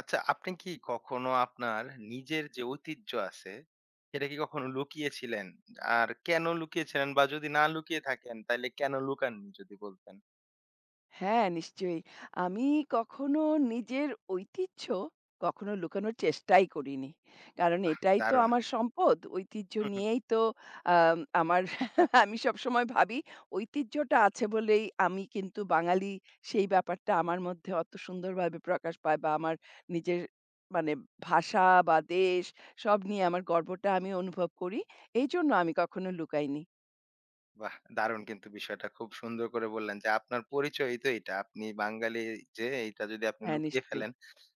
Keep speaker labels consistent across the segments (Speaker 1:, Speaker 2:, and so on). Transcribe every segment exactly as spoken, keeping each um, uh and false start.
Speaker 1: আচ্ছা, আপনি কি কখনো আপনার নিজের যে ঐতিহ্য আছে, সেটা কি কখনো লুকিয়েছিলেন? আর কেন লুকিয়েছিলেন বা যদি না লুকিয়ে থাকেন, তাইলে কেন লুকাননি যদি বলতেন?
Speaker 2: হ্যাঁ, নিশ্চয়ই। আমি কখনো নিজের ঐতিহ্য কখনো লুকানোর চেষ্টাই করিনি। কারণ
Speaker 1: বাহ!
Speaker 2: এটাই তো
Speaker 1: দারুণ।
Speaker 2: আমার সম্পদ। ঐতিহ্য নিয়েই তো আম আমার আমি সবসময় ভাবি ঐতিহ্যটা আছে বলেই আমি কিন্তু বাঙালি। সেই ব্যাপারটা আমার মধ্যে অত সুন্দরভাবে প্রকাশ পায় বা আমার নিজের মানে ভাষা বা দেশ সব নিয়ে আমার গর্বটা আমি অনুভব করি। এইজন্য আমি কখনো লুকাইনি।
Speaker 1: বাহ! দারুণ কিন্তু বিষয়টা খুব সুন্দর করে বললেন যে, আপনার পরিচয়ই তো এটা। আপনি বাঙালি যে এইটা যদি আপনি
Speaker 2: হ্যাঁ,
Speaker 1: লুকিয়ে
Speaker 2: নিশ্চয়ই।
Speaker 1: ফেলেন,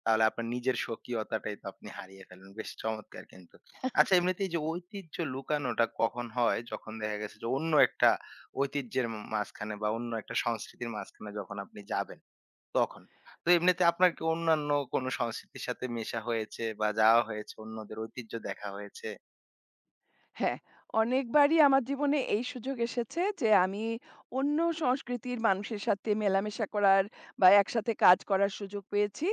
Speaker 1: তাহলে আপনার নিজের স্বকীয়তাটাই তো আপনি হারিয়ে ফেলেন। বেশ চমৎকার কিন্তু। আচ্ছা এমনিতেই যে ঐতিহ্য লুকানোটা কখন হয়? যখন দেখা গেছে যে অন্য একটা ঐতিহ্যের ম মাঝখানে বা অন্য একটা সংস্কৃতির মাঝখানে যখন আপনি যাবেন তখন। তো এমনিতে আপনার কি অন্যান্য কোনো সংস্কৃতির সাথে মেশা হয়েছে বা যাওয়া হয়েছে, অন্যদের ঐতিহ্য দেখা হয়েছে?
Speaker 2: হ্যাঁ, অনেকবারই আমার জীবনে এই সুযোগ এসেছে যে আমি অন্য সংস্কৃতির মানুষের সাথে মেলামেশা করার বা একসাথে কাজ করার সুযোগ পেয়েছি।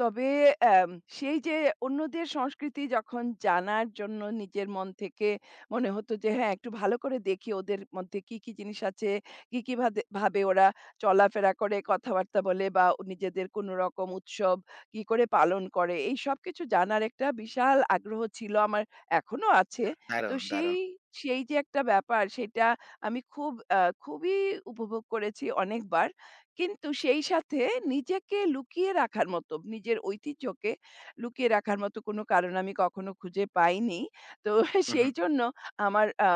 Speaker 2: তবে অ্যাম সেই যে অন্যদের সংস্কৃতি যখন জানার জন্য নিজের মন থেকে মনে হতো যে হ্যাঁ, একটু ভালো করে দেখি ওদের মধ্যে কী, কী জিনিস আছে, কী, কী ভাদে ভাবে ওরা চলাফেরা করে, কথাবার্তা বলে বা নিজেদের কোনো রকম উৎসব কী করে পালন করে, এই সবকিছু জানার একটা বিশাল আগ্রহ ছিল আমার, এখনো আছে। তো
Speaker 1: দারুণ,
Speaker 2: সেই
Speaker 1: দারুণ।
Speaker 2: সেই যে একটা ব্যাপার সেটা আমি খুব আ খুবই উপভোগ করেছি অনেকবার। কিন্তু সেই সাথে নিজেকে লুকিয়ে রাখার মতো, নিজের ঐতিহ্যকে লুকিয়ে রাখার মতো কোনো কারণ আমি কখনো খুঁজে পাইনি। তো
Speaker 1: হু, হু।
Speaker 2: সেইজন্য আমার আ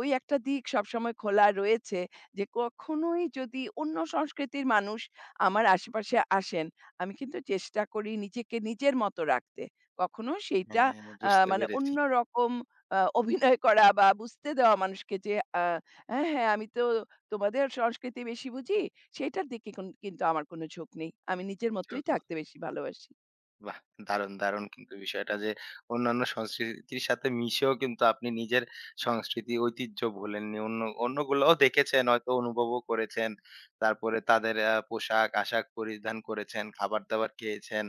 Speaker 2: ওই একটা দিক সবসময় খোলা রয়েছে যে কখনোই যদি অন্য সংস্কৃতির মানুষ আমার আশেপাশে আসেন, আমি কিন্তু চেষ্টা করি নিজেকে নিজের মতো রাখতে। কখনো সেইটা
Speaker 1: হ্যাঁ,
Speaker 2: আ
Speaker 1: বুঝতে
Speaker 2: মানে
Speaker 1: পেরেছি।
Speaker 2: অন্যরকম আ অভিনয় করা বা বুঝতে দেওয়া মানুষকে যে আ হ্যাঁ, হ্যাঁ, আমি তো তোমাদের সংস্কৃতি বেশি বুঝি, সেটার দিকে কুন কিন্তু আমার কোনো ঝোঁক নেই। আমি নিজের মতোই থাকতে বেশি ভালোবাসি।
Speaker 1: বাহ! দারুণ, দারুণ কিন্তু বিষয়টা যে অন্যান্য সংস্কৃতির সাথে মিশেও কিন্তু আপনি নিজের সংস্কৃতি ঐতিহ্য ভোলেননি। অন্য অন্যগুলোও দেখেছেন, হয়তো অনুভবও করেছেন। তারপরে তাদের আ পোশাক-আশাক পরিধান করেছেন, খাবার-দাবার খেয়েছেন।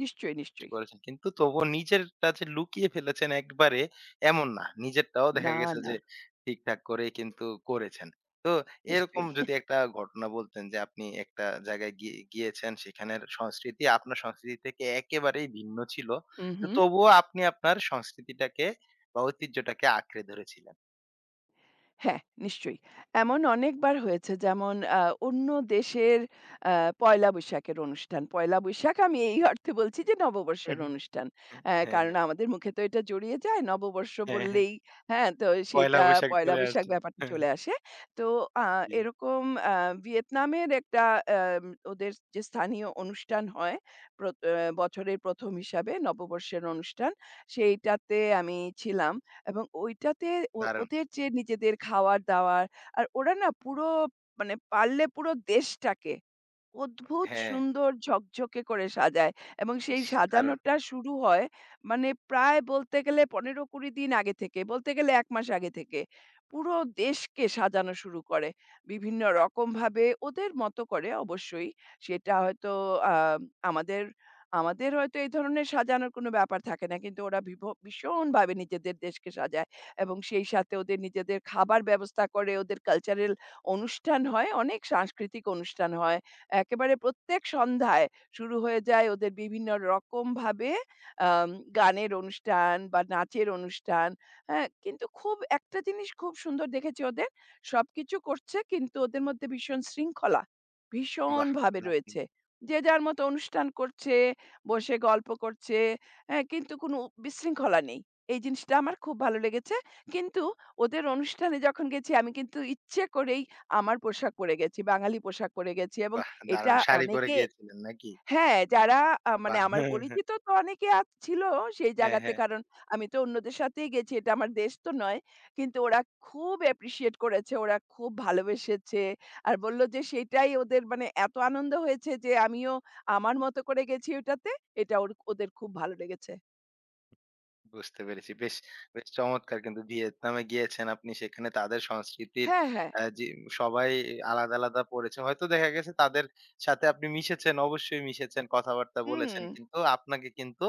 Speaker 2: নিশ্চয়ই,
Speaker 1: কিছু
Speaker 2: নিশ্চয়ই।
Speaker 1: করেছেন। কিন্তু তবুও নিজেরটা যে লুকিয়ে ফেলেছেন একবারে এমন না। নিজেরটাও দেখা
Speaker 2: না,
Speaker 1: গেছে
Speaker 2: না,
Speaker 1: যে ঠিকঠাক করেই কিন্তু করেছেন। তো এরকম
Speaker 2: নিশ্চয়ই।
Speaker 1: যদি একটা ঘটনা বলতেন যে আপনি একটা জায়গায় গিয়ে গিয়েছেন সেখানের সংস্কৃতি আপনার সংস্কৃতি থেকে একেবারেই ভিন্ন ছিল।
Speaker 2: হু,
Speaker 1: তো
Speaker 2: হু।
Speaker 1: তবুও আপনি আপনার সংস্কৃতিটাকে বা ঐতিহ্যটাকে আঁকড়ে ধরেছিলেন।
Speaker 2: হ্যাঁ, নিশ্চয়ই। এমন অনেকবার হয়েছে যেমন আ অন্য দেশের আ পয়লা বৈশাখের অনুষ্ঠান। পয়লা বৈশাখ আমি এই অর্থে বলছি যে
Speaker 1: হুম,
Speaker 2: নববর্ষের
Speaker 1: হুম।
Speaker 2: অনুষ্ঠান।
Speaker 1: হ্যাঁ,
Speaker 2: অ্যা কারণ
Speaker 1: হ্যাঁ,
Speaker 2: আমাদের মুখে তো এটা জড়িয়ে যায়। নববর্ষ
Speaker 1: হ্যাঁ, হ্যাঁ, হ্যাঁ।
Speaker 2: বললেই হ্যাঁ, তো
Speaker 1: পয়লা
Speaker 2: সেইটা
Speaker 1: বৈশাখ
Speaker 2: পয়লা
Speaker 1: চলে
Speaker 2: বৈশাখ
Speaker 1: আসছে।
Speaker 2: ব্যাপারটা চলে আসে। তো আ
Speaker 1: জি,
Speaker 2: এরকম আ ভিয়েতনামের একটা অ্যাম ওদের যে স্থানীয় অনুষ্ঠান হয় প্র অ্যা বছরের প্রথম হিসাবে নববর্ষের অনুষ্ঠান, সেইটাতে আমি ছিলাম। এবং ঐটাতে ও
Speaker 1: দারুণ।
Speaker 2: ওদের যে নিজেদের খাওয়ার-দাওয়ার আর ওরা না পুরো মানে পারলে পুরো দেশটাকে অদ্ভুত
Speaker 1: হ্যাঁ,
Speaker 2: সুন্দর ঝকঝকে করে সাজায় এবং সেই
Speaker 1: ইস! দারুণ।
Speaker 2: সাজানোটা শুরু হয় মানে প্রায় বলতে গেলে পনেরো কুড়ি দিন আগে থেকে, বলতে গেলে এক মাস আগে থেকে। পুরো দেশকে সাজানো শুরু করে। বিভিন্ন রকমভাবে ওদের মতো করে অবশ্যই। সেটা হয়তো আ আমাদের আমাদের হয়তো এই ধরনের সাজানোর কোনো ব্যাপার থাকে না। কিন্তু ওরা বিভ ভীষণভাবে নিজেদের দেশকে সাজায় এবং সেই সাথে ওদের নিজেদের খাবার ব্যবস্থা করে, ওদের কালচারাল অনুষ্ঠান হয়, অনেক সাংস্কৃতিক অনুষ্ঠান হয়। একেবারে প্রত্যেক সন্ধ্যায় শুরু হয়ে যায় ওদের বিভিন্ন রকমভাবে আম গানের অনুষ্ঠান বা নাচের অনুষ্ঠান। হ্যাঁ? কিন্তু খুব একটা জিনিস খুব সুন্দর দেখেছি ওদের। সবকিছু করছে কিন্তু ওদের মধ্যে ভীষণ শৃঙ্খলা
Speaker 1: বাহ!
Speaker 2: ভীষণভাবে
Speaker 1: দারুণ।
Speaker 2: রয়েছে। যে যার মতো অনুষ্ঠান করছে, বসে গল্প করছে, হ্যাঁ? কিন্তু কোনো বিশৃঙ্খলা নেই। এই জিনিসটা আমার খুব ভালো লেগেছে। কিন্তু ওদের অনুষ্ঠানে যখন গেছি আমি কিন্তু ইচ্ছে করেই আমার পোশাক পরে গেছি, বাঙালি পোশাক পরে গেছি এবং
Speaker 1: বাহ!
Speaker 2: এটা
Speaker 1: দারুণ! শাড়ি পরে
Speaker 2: অনেকে
Speaker 1: গিয়েছিলেন নাকি?
Speaker 2: হ্যাঁ, যারা আ মানে
Speaker 1: বাহ!
Speaker 2: আমার
Speaker 1: হ্যাঁ, হ্যাঁ।
Speaker 2: পরিচিত তো অনেকে আ ছিল সেই
Speaker 1: হ্যাঁ,
Speaker 2: জায়গাতে।
Speaker 1: হ্যাঁ।
Speaker 2: কারণ আমি তো অন্যদের সাথেই গেছি। এটা আমার দেশ তো নয়। কিন্তু ওরা খুব অ্যাপ্রিশিয়েট করেছে। ওরা খুব ভালোবেসেছে। আর বলল যে সেটাই ওদের মানে এত আনন্দ হয়েছে যে আমিও আমার মতো করে গেছি ওটাতে। এটা ওর ওদের খুব ভালো লেগেছে।
Speaker 1: বুঝতে পেরেছি। বেশ, বেশ চমৎকার কিন্তু ভিয়েতনামে গিয়েছেন আপনি সেখানে তাদের সংস্কৃতির
Speaker 2: হ্যাঁ, হ্যাঁ।
Speaker 1: আ যে সবাই আলাদা, আলাদা পড়েছে। হয়তো দেখা গেছে তাদের সাথে আপনি মিশেছেন, অবশ্যই মিশেছেন, কথাবার্তা
Speaker 2: হুম,
Speaker 1: বলেছেন। কিন্তু আপনাকে কিন্তু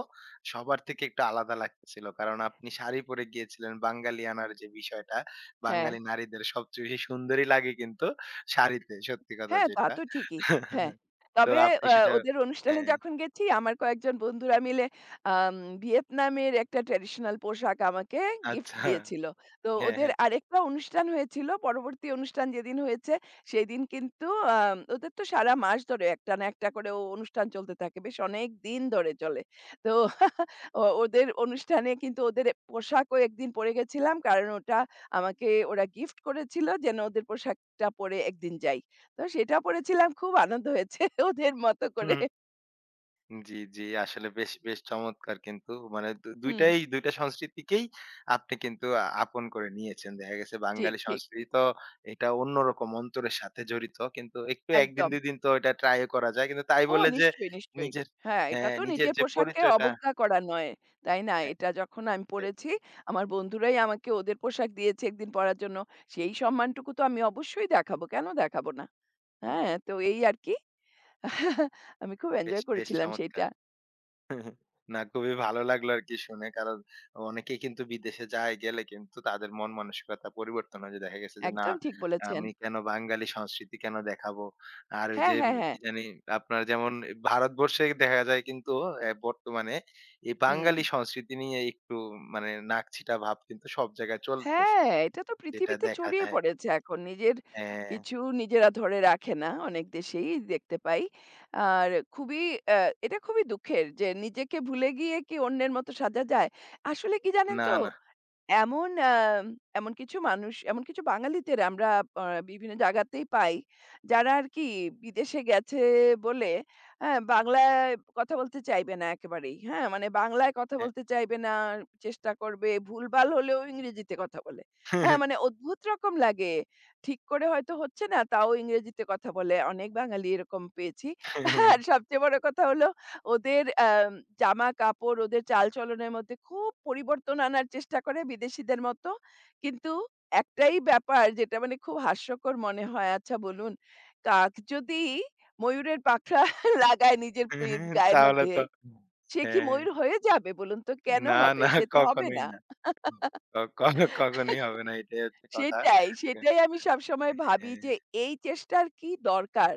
Speaker 1: সবার থেকে একটু আলাদা লাগতেছিল। কারণ আপনি শাড়ি পরে গিয়েছিলেন বাঙালিয়ানার যে বিষয়টা,
Speaker 2: হ্যাঁ।
Speaker 1: বাঙালি নারীদের সবচেয়ে বেশি সুন্দরী লাগে কিন্তু শাড়িতে, সত্যি কথা
Speaker 2: হ্যাঁ, তা
Speaker 1: যেটা।
Speaker 2: তো ঠিকই। হ্যাঁ।
Speaker 1: তো
Speaker 2: তবে
Speaker 1: আপনি
Speaker 2: আ
Speaker 1: সেটা
Speaker 2: ওদের অনুষ্ঠানে
Speaker 1: হ্যাঁ,
Speaker 2: যখন গেছি আমার কয়েকজন বন্ধুরা মিলে আম ভিয়েতনামের একটা ট্র্যাডিশনাল পোশাক আমাকে গিফট
Speaker 1: আচ্ছা।
Speaker 2: দিয়েছিল। তো
Speaker 1: হ্যাঁ,
Speaker 2: ওদের
Speaker 1: হ্যাঁ।
Speaker 2: আরেকটা অনুষ্ঠান হয়েছিল। পরবর্তী অনুষ্ঠান যেদিন হয়েছে সেদিন কিন্তু আম ওদের তো সারা মাস ধরে একটা না একটা করে ও অনুষ্ঠান চলতে থাকে। বেশ অনেকদিন ধরে চলে। তো ও ওদের অনুষ্ঠানে কিন্তু ওদের এ- পোশাকও একদিন পরে গেছিলাম। কারণ ওটা আমাকে ওরা গিফট করেছিল যেন ওদের পোশাকটা পরে একদিন যাই। তো সেটা পড়েছিলাম খুব আনন্দ হয়েছে ওদের মতো করে।
Speaker 1: হুম। জি, জি। আসলে বেশ, বেশ চমৎকার কিন্তু মানে দু
Speaker 2: হুম,
Speaker 1: দুইটাই দুই টা সংস্কৃতিকেই আপনি কিন্তু আ আপন করে নিয়েছেন। দেখা গেছে
Speaker 2: ঠিক,
Speaker 1: বাঙালি
Speaker 2: ঠিক।
Speaker 1: সংস্কৃতি তো এটা অন্যরকম অন্তরের সাথে জড়িত। কিন্তু একটু এক দিন
Speaker 2: একদম।
Speaker 1: দুই দিন তো এটা ট্রাই ও করা যায়। কিন্তু তাই
Speaker 2: ও
Speaker 1: বলে যে
Speaker 2: নিশ্চয়ই, নিশ্চয়ই।
Speaker 1: নিজের
Speaker 2: হ্যাঁ, এটা
Speaker 1: হ্যাঁ,
Speaker 2: তো
Speaker 1: নিজের
Speaker 2: নিজের
Speaker 1: যে
Speaker 2: পোশাককে
Speaker 1: পরিচয়টা
Speaker 2: অবজ্ঞা করা নয়। তাই না?
Speaker 1: হ্যাঁ,
Speaker 2: এটা যখন আমি
Speaker 1: হ্যাঁ,
Speaker 2: পড়েছি আমার বন্ধুরাই আমাকে ওদের পোশাক দিয়েছে একদিন পরার জন্য। সেই সম্মানটুকু তো আমি অবশ্যই দেখাবো। কেন দেখাবো না?
Speaker 1: হ্যাঁ,
Speaker 2: হ্যাঁ, তো এই আর কি। আমি খুব
Speaker 1: বেশ,
Speaker 2: এনজয়
Speaker 1: বেশ
Speaker 2: করেছিলাম
Speaker 1: চমৎকার।
Speaker 2: সেইটা।
Speaker 1: না খুবই ভালো লাগলো আরকি শুনে। কারণ অনেকে কিন্তু বিদেশে যায়, গেলে কিন্তু তাদের মন মানসিকতা পরিবর্তন হয় যে দেখা গেছে যে না
Speaker 2: একদম ঠিক বলেছেন।
Speaker 1: আমি কেন বাঙালি সংস্কৃতি কেন দেখাবো? আর ওই
Speaker 2: হ্যাঁ,
Speaker 1: যে
Speaker 2: হ্যাঁ, হ্যাঁ।
Speaker 1: কি জানি আপনার যেমন ভারতবর্ষে দেখা যায় কিন্তু এ বর্তমানে এই
Speaker 2: হুম।
Speaker 1: বাঙালি সংস্কৃতি নিয়ে একটু মানে নাকছিটা ভাব কিন্তু সব জায়গায় চলতেছে।
Speaker 2: হ্যাঁ, এটা তো
Speaker 1: যেটা
Speaker 2: পৃথিবীতে
Speaker 1: দেখা
Speaker 2: ছড়িয়ে
Speaker 1: যায়।
Speaker 2: পড়েছে এখন। নিজের
Speaker 1: হ্যাঁ,
Speaker 2: কিছু নিজেরা ধরে রাখে না। অনেক দেশেই দেখতে পাই। আর খুবই অ্যা এটা খুবই দুঃখের যে নিজেকে ভুলে গিয়ে কি অন্যের মতো সাজা যায়? আসলে কি জানেন
Speaker 1: না,
Speaker 2: তো
Speaker 1: না।
Speaker 2: এমন আ এমন কিছু মানুষ, এমন কিছু বাঙালিদের আমরা আ বিভিন্ন জায়গাতেই পাই, যারা আরকি বিদেশে গেছে বলে, হ্যাঁ, বাংলায় কথা বলতে চাইবে না একেবারেই। হ্যাঁ? মানে বাংলায় কথা
Speaker 1: হ্যাঁ।
Speaker 2: বলতে চাইবে না, চেষ্টা করবে, ভুলভাল হলেও ইংরেজিতে কথা বলে। হ্যাঁ, মানে অদ্ভুত রকম লাগে। ঠিক করে হয়তো হচ্ছে না, তাও ইংরেজিতে কথা বলে। অনেক বাঙালি এরকম পেয়েছি। আর সবচেয়ে বড় কথা হলো ওদের আম জামাকাপড়, ওদের চালচলনের মধ্যে খুব পরিবর্তন আনার চেষ্টা করে বিদেশীদের মতো। কিন্তু একটাই ব্যাপার যেটা মানে খুব হাস্যকর মনে হয়। আচ্ছা বলুন, কাক যদি ময়ূরের পাখা লাগায় নিজের পেট গায়ের
Speaker 1: তাহলে
Speaker 2: মধ্যে,
Speaker 1: তো
Speaker 2: সে কি
Speaker 1: হ্যাঁ।
Speaker 2: ময়ূর হয়ে যাবে বলুন তো? কেন
Speaker 1: না,
Speaker 2: হবে?
Speaker 1: না
Speaker 2: সে তো হবে
Speaker 1: কখনোই
Speaker 2: না।
Speaker 1: না। ক ক কখনোই হবে না। এটাই হচ্ছে কথা।
Speaker 2: সেটাই, সেটাই আমি সবসময় ভাবি যে
Speaker 1: হ্যাঁ,
Speaker 2: এই চেষ্টার কি দরকার?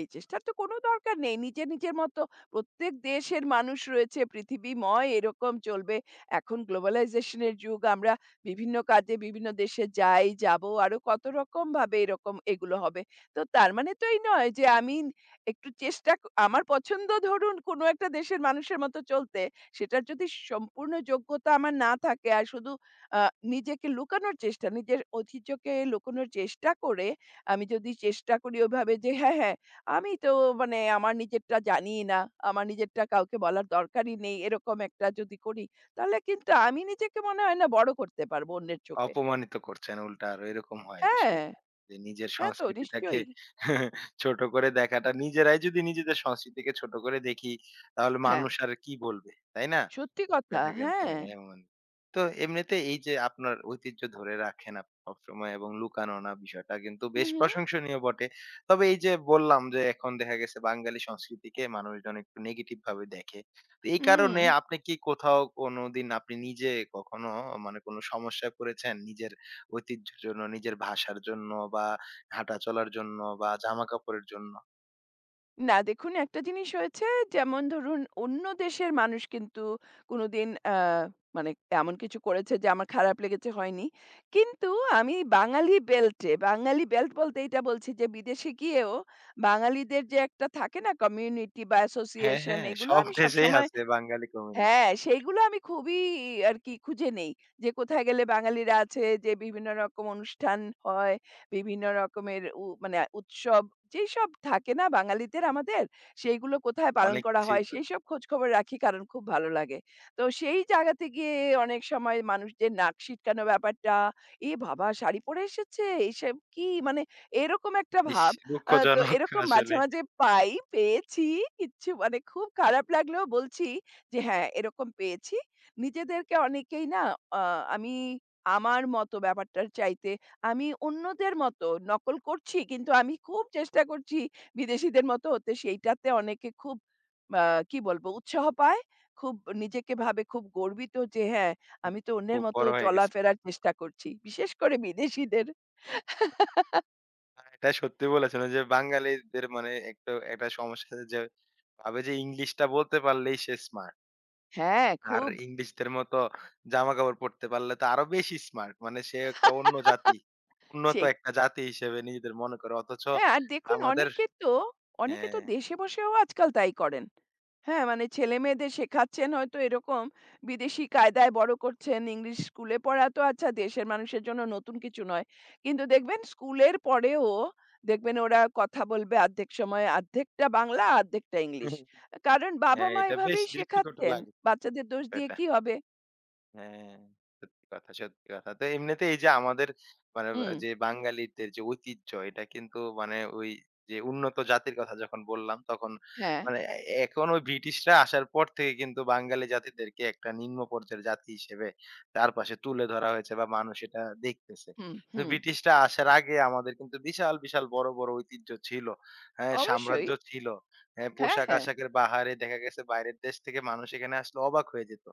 Speaker 2: এই চেষ্টার তো কোনো দরকার নেই। নিজের, নিজের মতো প্রত্যেক দেশের মানুষ রয়েছে পৃথিবীময় এরকম চলবে। এখন গ্লোবালাইজেশন এর যুগ আমরা বিভিন্ন কাজে বিভিন্ন দেশে যাই, যাবো আরো কত রকম ভাবে এরকম এগুলো হবে। তো তার মানে তো এই নয় যে আমি একটু চেষ্টা ক আমার পছন্দ ধরুন কোনো একটা দেশের মানুষের মতো চলতে, সেটার যদি সম্পূর্ণ যোগ্যতা আমার না থাকে আর শুধু আ নিজেকে লুকানোর চেষ্টা, নিজের ঐতিহ্যকে লুকানোর চেষ্টা করে আমি যদি চেষ্টা করি ওভাবে যে হ্যাঁ, হ্যাঁ, আমি তো মানে আমার নিজেরটা জানিই না। আমার নিজেরটা কাউকে বলার দরকারই নেই। এরকম একটা যদি করি, তাহলে কিন্তু আমি নিজেকে মনে হয় না বড় করতে পারবো অন্যের চোখে।
Speaker 1: অপমানিত করছেন উল্টা আরো এরকম হয়
Speaker 2: হ্যাঁ,
Speaker 1: বিষয়টা। যে নিজের
Speaker 2: হ্যাঁ তো
Speaker 1: সংস্কৃতিটাকে
Speaker 2: নিশ্চয়ই।
Speaker 1: ছোট করে দেখাটা নিজেরাই যদি নিজেদের সংস্কৃতিকে ছোট করে দেখি তাহলে
Speaker 2: হ্যাঁ,
Speaker 1: মানুষ আর কি বলবে, তাই না?
Speaker 2: সত্যি কথা।
Speaker 1: এটা কিন্তু
Speaker 2: হ্যাঁ।
Speaker 1: হ্যাঁ, এমন। তো এমনিতে এই যে আপনার ঐতিহ্য ধরে রাখেন আপনি সবসময় এবং লুকানো না বিষয়টা কিন্তু
Speaker 2: হু,
Speaker 1: বেশ
Speaker 2: হু।
Speaker 1: প্রশংসনীয় বটে। তবে এই যে বললাম যে এখন দেখা গেছে বাঙালি সংস্কৃতিকে মানুষজন একটু নেগেটিভ ভাবে দেখে। তো এই
Speaker 2: হুম।
Speaker 1: কারণে আপনি কি কোথাও কোনোদিন আপনি নিজে কখনো মানে কোনো সমস্যায় পড়েছেন নিজের ঐতিহ্যের জন্য, নিজের ভাষার জন্য বা হাঁটা চলার জন্য বা জামাকাপড়ের জন্য?
Speaker 2: না দেখুন একটা জিনিস হয়েছে যেমন ধরুন অন্য দেশের মানুষ কিন্তু কোনোদিন আ মানে এমন কিছু করেছে যে আমার খারাপ লেগেছে হয়নি। কিন্তু আমি বাঙালি বেল্টে, বাঙালি বেল্ট বলতে এটা বলছি যে বিদেশে গিয়েও বাঙালিদের যে একটা থাকে না কমিউনিটি বা
Speaker 1: হ্যাঁ,
Speaker 2: অ্যাসোসিয়েশন
Speaker 1: হ্যাঁ,
Speaker 2: এগুলো
Speaker 1: সব
Speaker 2: আমি
Speaker 1: দেশেই
Speaker 2: সবসময়
Speaker 1: আছে বাঙালি কমিউনিটি।
Speaker 2: হ্যাঁ, সেইগুলো আমি খুবই আরকি খুঁজে নেই। যে কোথায় গেলে বাঙালিরা আছে, যে বিভিন্ন রকম অনুষ্ঠান হয়, বিভিন্ন রকমের উ মানে উৎসব যেইসব থাকে না বাঙালিদের আমাদের, সেইগুলো কোথায় পালন
Speaker 1: অনেক
Speaker 2: করা
Speaker 1: কিছুই
Speaker 2: হয়
Speaker 1: তো।
Speaker 2: সেইসব খোঁজখবর রাখি কারণ খুব ভালো লাগে। তো সেই জায়গাতে গিয়ে অনেক সময় মানুষদের নাক সিটকানো ব্যাপারটা, "এ বাবা! শাড়ি পরে এসেছে, এসব কি?" মানে এরকম একটা
Speaker 1: ইস!
Speaker 2: ভাব। আ তো
Speaker 1: দুঃখজনক
Speaker 2: এরকম মাঝে,
Speaker 1: আসলে।
Speaker 2: মাঝে পাই, পেয়েছি। কিচ্ছু মানে খুব খারাপ লাগলেও বলছি যে হ্যাঁ, এরকম পেয়েছি। নিজেদেরকে অনেকেই না আ আমি আমার মতো ব্যাপারটার চাইতে আমি অন্যদের মতো নকল করছি কিন্তু আমি খুব চেষ্টা করছি বিদেশীদের মতো হতে। সেইটাতে অনেকে খুব আ কি বলবো উৎসাহ পায়। খুব নিজেকে ভাবে খুব গর্বিত যে হ্যাঁ,
Speaker 1: হ্যাঁ,
Speaker 2: আমি তো অন্যের
Speaker 1: খুব
Speaker 2: মতো
Speaker 1: বড় হয়ে গেছে।
Speaker 2: চলাফেরার চেষ্টা করছি। বিশেষ করে বিদেশীদের
Speaker 1: না, এটা সত্যি বলেছেন ওই যে বাঙালিদের মানে একটা একটা সমস্যা আছে যে ভাবে যে ইংলিশটা বলতে পারলেই সে স্মার্ট।
Speaker 2: হ্যাঁ,
Speaker 1: আর
Speaker 2: খুব
Speaker 1: ইংলিশদের মতো জামাকাপড় পরতে পারলে তো আরো বেশি স্মার্ট। মানে সে একটা অন্য জাতি। উন্নত
Speaker 2: সেই।
Speaker 1: একটা জাতি হিসেবে নিজেদের মনে করে। অথচ
Speaker 2: হ্যাঁ, আর দেখুন
Speaker 1: আমাদের
Speaker 2: অনেকে তো অনেকে
Speaker 1: হ্যাঁ,
Speaker 2: তো দেশে বসেও আজকাল তাই করেন। হ্যাঁ, মানে ছেলেমেয়েদের শেখাচ্ছেন হয়তো এরকম বিদেশি কায়দায় বড় করছেন। ইংলিশ স্কুলে পড়া তো আচ্ছা দেশের মানুষের জন্য নতুন কিছু নয়। কিন্তু দেখবেন স্কুলের পরেও দেখবেন ওরা কথা বলবে অর্ধেক সময় অর্ধেকটা বাংলা, অর্ধেকটা ইংলিশ। কারণ
Speaker 1: হ্যাঁ
Speaker 2: বাবা-মা
Speaker 1: এটা বেশ
Speaker 2: এভাবেই
Speaker 1: দৃষ্টিকটু
Speaker 2: শেখাচ্ছেন।
Speaker 1: লাগে
Speaker 2: বাচ্চাদের দোষ দিয়ে
Speaker 1: এটা।
Speaker 2: কি হবে?
Speaker 1: হ্যাঁ, সত্যি কথা, সত্যি কথা। তো এমনিতে এই যে আমাদের মানে
Speaker 2: হুম,
Speaker 1: যে বাঙালিদের যে ঐতিহ্য এটা কিন্তু মানে ওই যে উন্নত জাতির কথা যখন বললাম তখন
Speaker 2: হ্যাঁ,
Speaker 1: মানে এ এখন ওই ব্রিটিশরা আসার পর থেকে কিন্তু বাঙালি জাতিদেরকে একটা নিম্ন পর্যায়ের জাতি হিসেবে চারপাশে তুলে ধরা হয়েছে বা মানুষ এটা দেখতেছে।
Speaker 2: হুম,
Speaker 1: কিন্তু
Speaker 2: হুম।
Speaker 1: ব্রিটিশরা আসার আগে আমাদের কিন্তু বিশাল, বিশাল বড়, বড় ঐতিহ্য ছিল। হ্যাঁ,
Speaker 2: অবশ্যই।
Speaker 1: সাম্রাজ্য ছিল। হ্যাঁ,
Speaker 2: হ্যাঁ, হ্যাঁ,
Speaker 1: পোশাক-আশাকের বাহারে দেখা গেছে বাইরের দেশ থেকে মানুষ এখানে আসলে অবাক হয়ে যেত।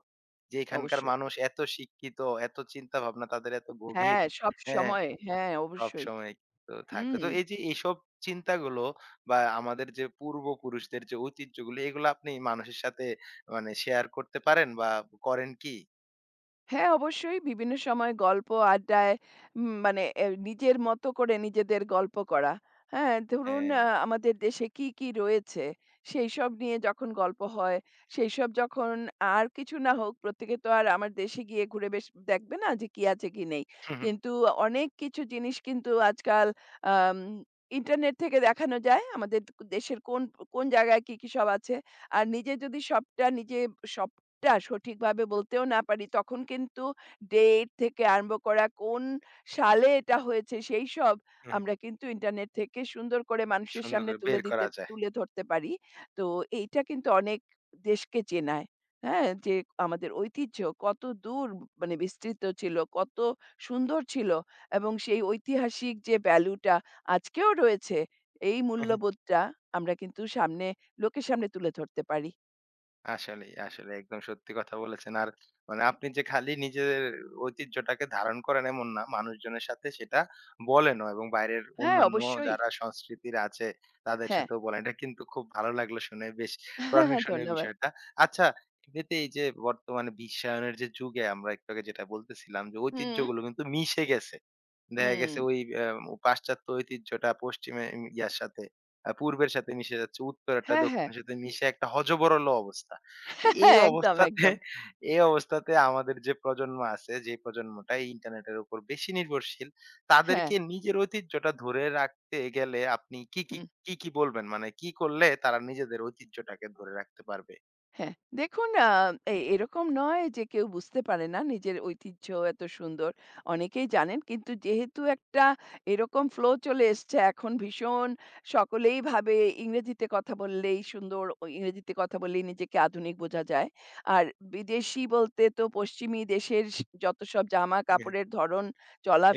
Speaker 1: যে এখানকার
Speaker 2: অবশ্যই।
Speaker 1: মানুষ এত শিক্ষিত, এত চিন্তা ভাবনা তাদের এত গভীর,
Speaker 2: হ্যাঁ,
Speaker 1: হ্যাঁ?
Speaker 2: সবসময়। হ্যাঁ, অবশ্যই।
Speaker 1: সবসময় তো থাকতো।
Speaker 2: হুম।
Speaker 1: তো এই যে এইসব চিন্তাগুলো বা আমাদের যে পূর্বপুরুষদের যে ঐতিহ্যগুলো এগুলো আপনি মানুষের সাথে মানে শেয়ার করতে পারেন বা করেন কি?
Speaker 2: হ্যাঁ, অবশ্যই বিভিন্ন সময় গল্প আড্ডায় উম মানে এ নিজের মতো করে নিজেদের গল্প করা। হ্যাঁ? ধরুন
Speaker 1: হ্যাঁ।
Speaker 2: আ আমাদের দেশে কি, কি রয়েছে? সেইসব নিয়ে যখন গল্প হয়, সেইসব যখন আর কিছু না হোক প্রত্যেকে তো আর আমার দেশে গিয়ে ঘুরে বেশ দেখবে না যে কি আছে কি নেই। কিন্তু অনেক কিছু জিনিস কিন্তু আজকাল আম ইন্টারনেট থেকে দেখানো যায়। আমাদের দেশের কোন, কোন জায়গায় কি, কি সব আছে। আর নিজে যদি সবটা নিজে সব টা সঠিকভাবে বলতেও না পারি, তখন কিন্তু ডেট থেকে আরম্ভ করা, কোন সালে এটা হয়েছে, সেইসব আমরা কিন্তু ইন্টারনেট থেকে সুন্দর করে মানুষের
Speaker 1: সুন্দর
Speaker 2: সামনে
Speaker 1: করে
Speaker 2: তুলে
Speaker 1: বের
Speaker 2: দিতে
Speaker 1: করা যায়।
Speaker 2: তুলে ধরতে পারি। তো এইটা কিন্তু অনেক দেশকে চেনায়। হ্যাঁ? যে আমাদের ঐতিহ্য কত দূর মানে বিস্তৃত ছিল, কত সুন্দর ছিল এবং সেই ঐতিহাসিক যে ভ্যালুটা আজকেও রয়েছে, এই মূল্যবোধটা আমরা কিন্তু সামনে লোকের সামনে তুলে ধরতে পারি।
Speaker 1: আসলেই, আসলেই একদম সত্যি কথা বলেছেন। আর মানে আপনি যে খালি নিজের ঐতিহ্যটাকে ধারণ করেন এমন না, মানুষজনের সাথে সেটা বলেনও এবং বাইরের
Speaker 2: হ্যাঁ,
Speaker 1: অন্যান্য
Speaker 2: অবশ্যই।
Speaker 1: যারা সংস্কৃতির আছে তাদের
Speaker 2: হ্যাঁ।
Speaker 1: সাথেও বলেন। এটা কিন্তু খুব ভালো লাগলো শুনে, বেশ প্রশংসনীয়
Speaker 2: ধন্যবাদ।
Speaker 1: বিষয়টা। আচ্ছা, এমনিতে এই যে বর্তমানে বিশ্বায়নের যে যুগে আমরা একটু আগে যেটা বলতেছিলাম যে
Speaker 2: হুম,
Speaker 1: ঐতিহ্যগুলো কিন্তু মিশে গেছে। দেখা
Speaker 2: হুম।
Speaker 1: গেছে ওই আম পাশ্চাত্য ঐতিহ্যটা পশ্চিমে উম ইয়ার সাথে আ পূর্বের সাথে মিশে যাচ্ছে। উত্তরেরটা
Speaker 2: হ্যাঁ, হ্যাঁ।
Speaker 1: দক্ষিণের সাথে মিশে একটা হযবরল অবস্থা। তো এই
Speaker 2: একদম,
Speaker 1: অবস্থাতে
Speaker 2: একদম।
Speaker 1: এই অবস্থাতে আমাদের যে প্রজন্ম আছে, যে প্রজন্মটা এই ইন্টারনেটের উপর বেশি নির্ভরশীল,
Speaker 2: হ্যাঁ।
Speaker 1: তাদেরকে নিজের ঐতিহ্যটা ধরে রাখতে গেলে আপনি কি, কি,
Speaker 2: হুম
Speaker 1: কি, কি বলবেন? মানে কি করলে তারা নিজেদের ঐতিহ্যটাকে ধরে রাখতে পারবে?
Speaker 2: হ্যাঁ, দেখুন আ এ এরকম নয় যে কেউ বুঝতে পারে না নিজের ঐতিহ্য এত সুন্দর। অনেকেই জানেন কিন্তু যেহেতু একটা এরকম ফ্লো চলে এসছে এখন ভীষণ সকলেই ভাবে ইংরেজিতে কথা বললেই সুন্দর, ও ইংরেজিতে কথা বললেই নিজেকে আধুনিক বোঝা যায়। আর বিদেশী বলতে তো পশ্চিমী দেশের স যত সব জামা-কাপড়ের ধরন,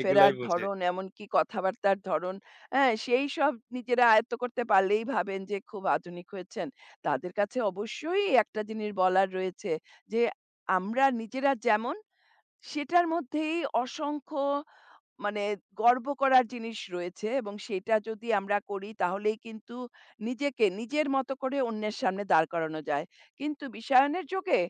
Speaker 1: এগুলাই বুঝে।
Speaker 2: ধরন, এমনকি কথাবার্তার ধরন, হ্যাঁ? সেই সব নিজেরা আয়ত্ত করতে পারলেই ভাবেন যে খুব আধুনিক হয়েছেন। তাদের কাছে অবশ্যই একটা জিনিস বলার রয়েছে যে, আমরা নিজেরা যেমন সেটার মধ্যেই অসংখ্য মানে গর্ব করার জিনিস রয়েছে এবং সেটা যদি আমরা করি তাহলেই কিন্তু নিজেকে নিজের মতো করে অন্যের সামনে দাঁড় করানো যায়। কিন্তু বিশ্বায়নের যুগে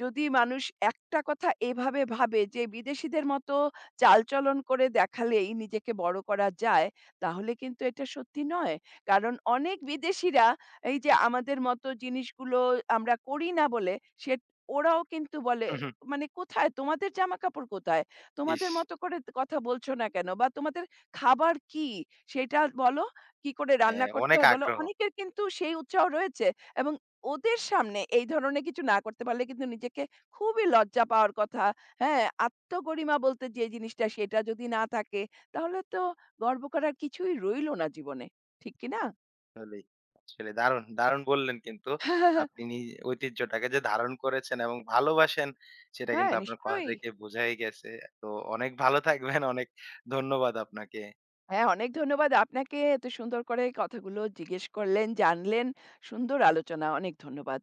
Speaker 2: যদি মানুষ একটা কথা এভাবে ভাবে যে বিদেশীদের মতো চালচলন করে দেখালেই নিজেকে বড় করা যায়, তাহলে কিন্তু এটা সত্যি নয়। কারণ অনেক বিদেশীরা এই যে আমাদের মতো জিনিসগুলো আমরা করি না বলে সে ওরাও কিন্তু বলে, "মানে কোথায় তোমাদের জামাকাপড় কোথায়?"
Speaker 1: ইস!
Speaker 2: তোমাদের মতো করে ত কথা বলছো না কেন? বা তোমাদের খাবার কি? সেটা বলো। কি করে রান্না
Speaker 1: হ্যাঁ,
Speaker 2: করতে
Speaker 1: অনেক
Speaker 2: হয় বলো।
Speaker 1: আগ্রহ।
Speaker 2: অনেকের কিন্তু সেই উৎসাহ রয়েছে এবং ওদের সামনে এই ধরনের কিছু না করতে পারলে কিন্তু নিজেকে খুবই লজ্জা পাওয়ার কথা। হ্যাঁ, আত্মগরিমা বলতে যে জিনিসটা সেটা যদি না থাকে তাহলে তো গর্ব করার কিছুই রইল না জীবনে। ঠিক কি না?
Speaker 1: আসলেই, আসলে দারুণ, দারুণ বললেন কিন্তু। আপনি নিজ ঐতিহ্যটাকে যে ধারণ করেছেন এবং ভালোবাসেন সেটা
Speaker 2: হ্যাঁ,
Speaker 1: কিন্তু আপনার কথা
Speaker 2: নিশ্চয়ই।
Speaker 1: থেকে বোঝাই গেছে। তো অনেক ভালো থাকবেন। অনেক ধন্যবাদ আপনাকে।
Speaker 2: হ্যাঁ, অনেক ধন্যবাদ আপনাকে এত সুন্দর করে কথাগুলো জিজ্ঞেস করলেন, জানলেন। সুন্দর আলোচনা। অনেক ধন্যবাদ।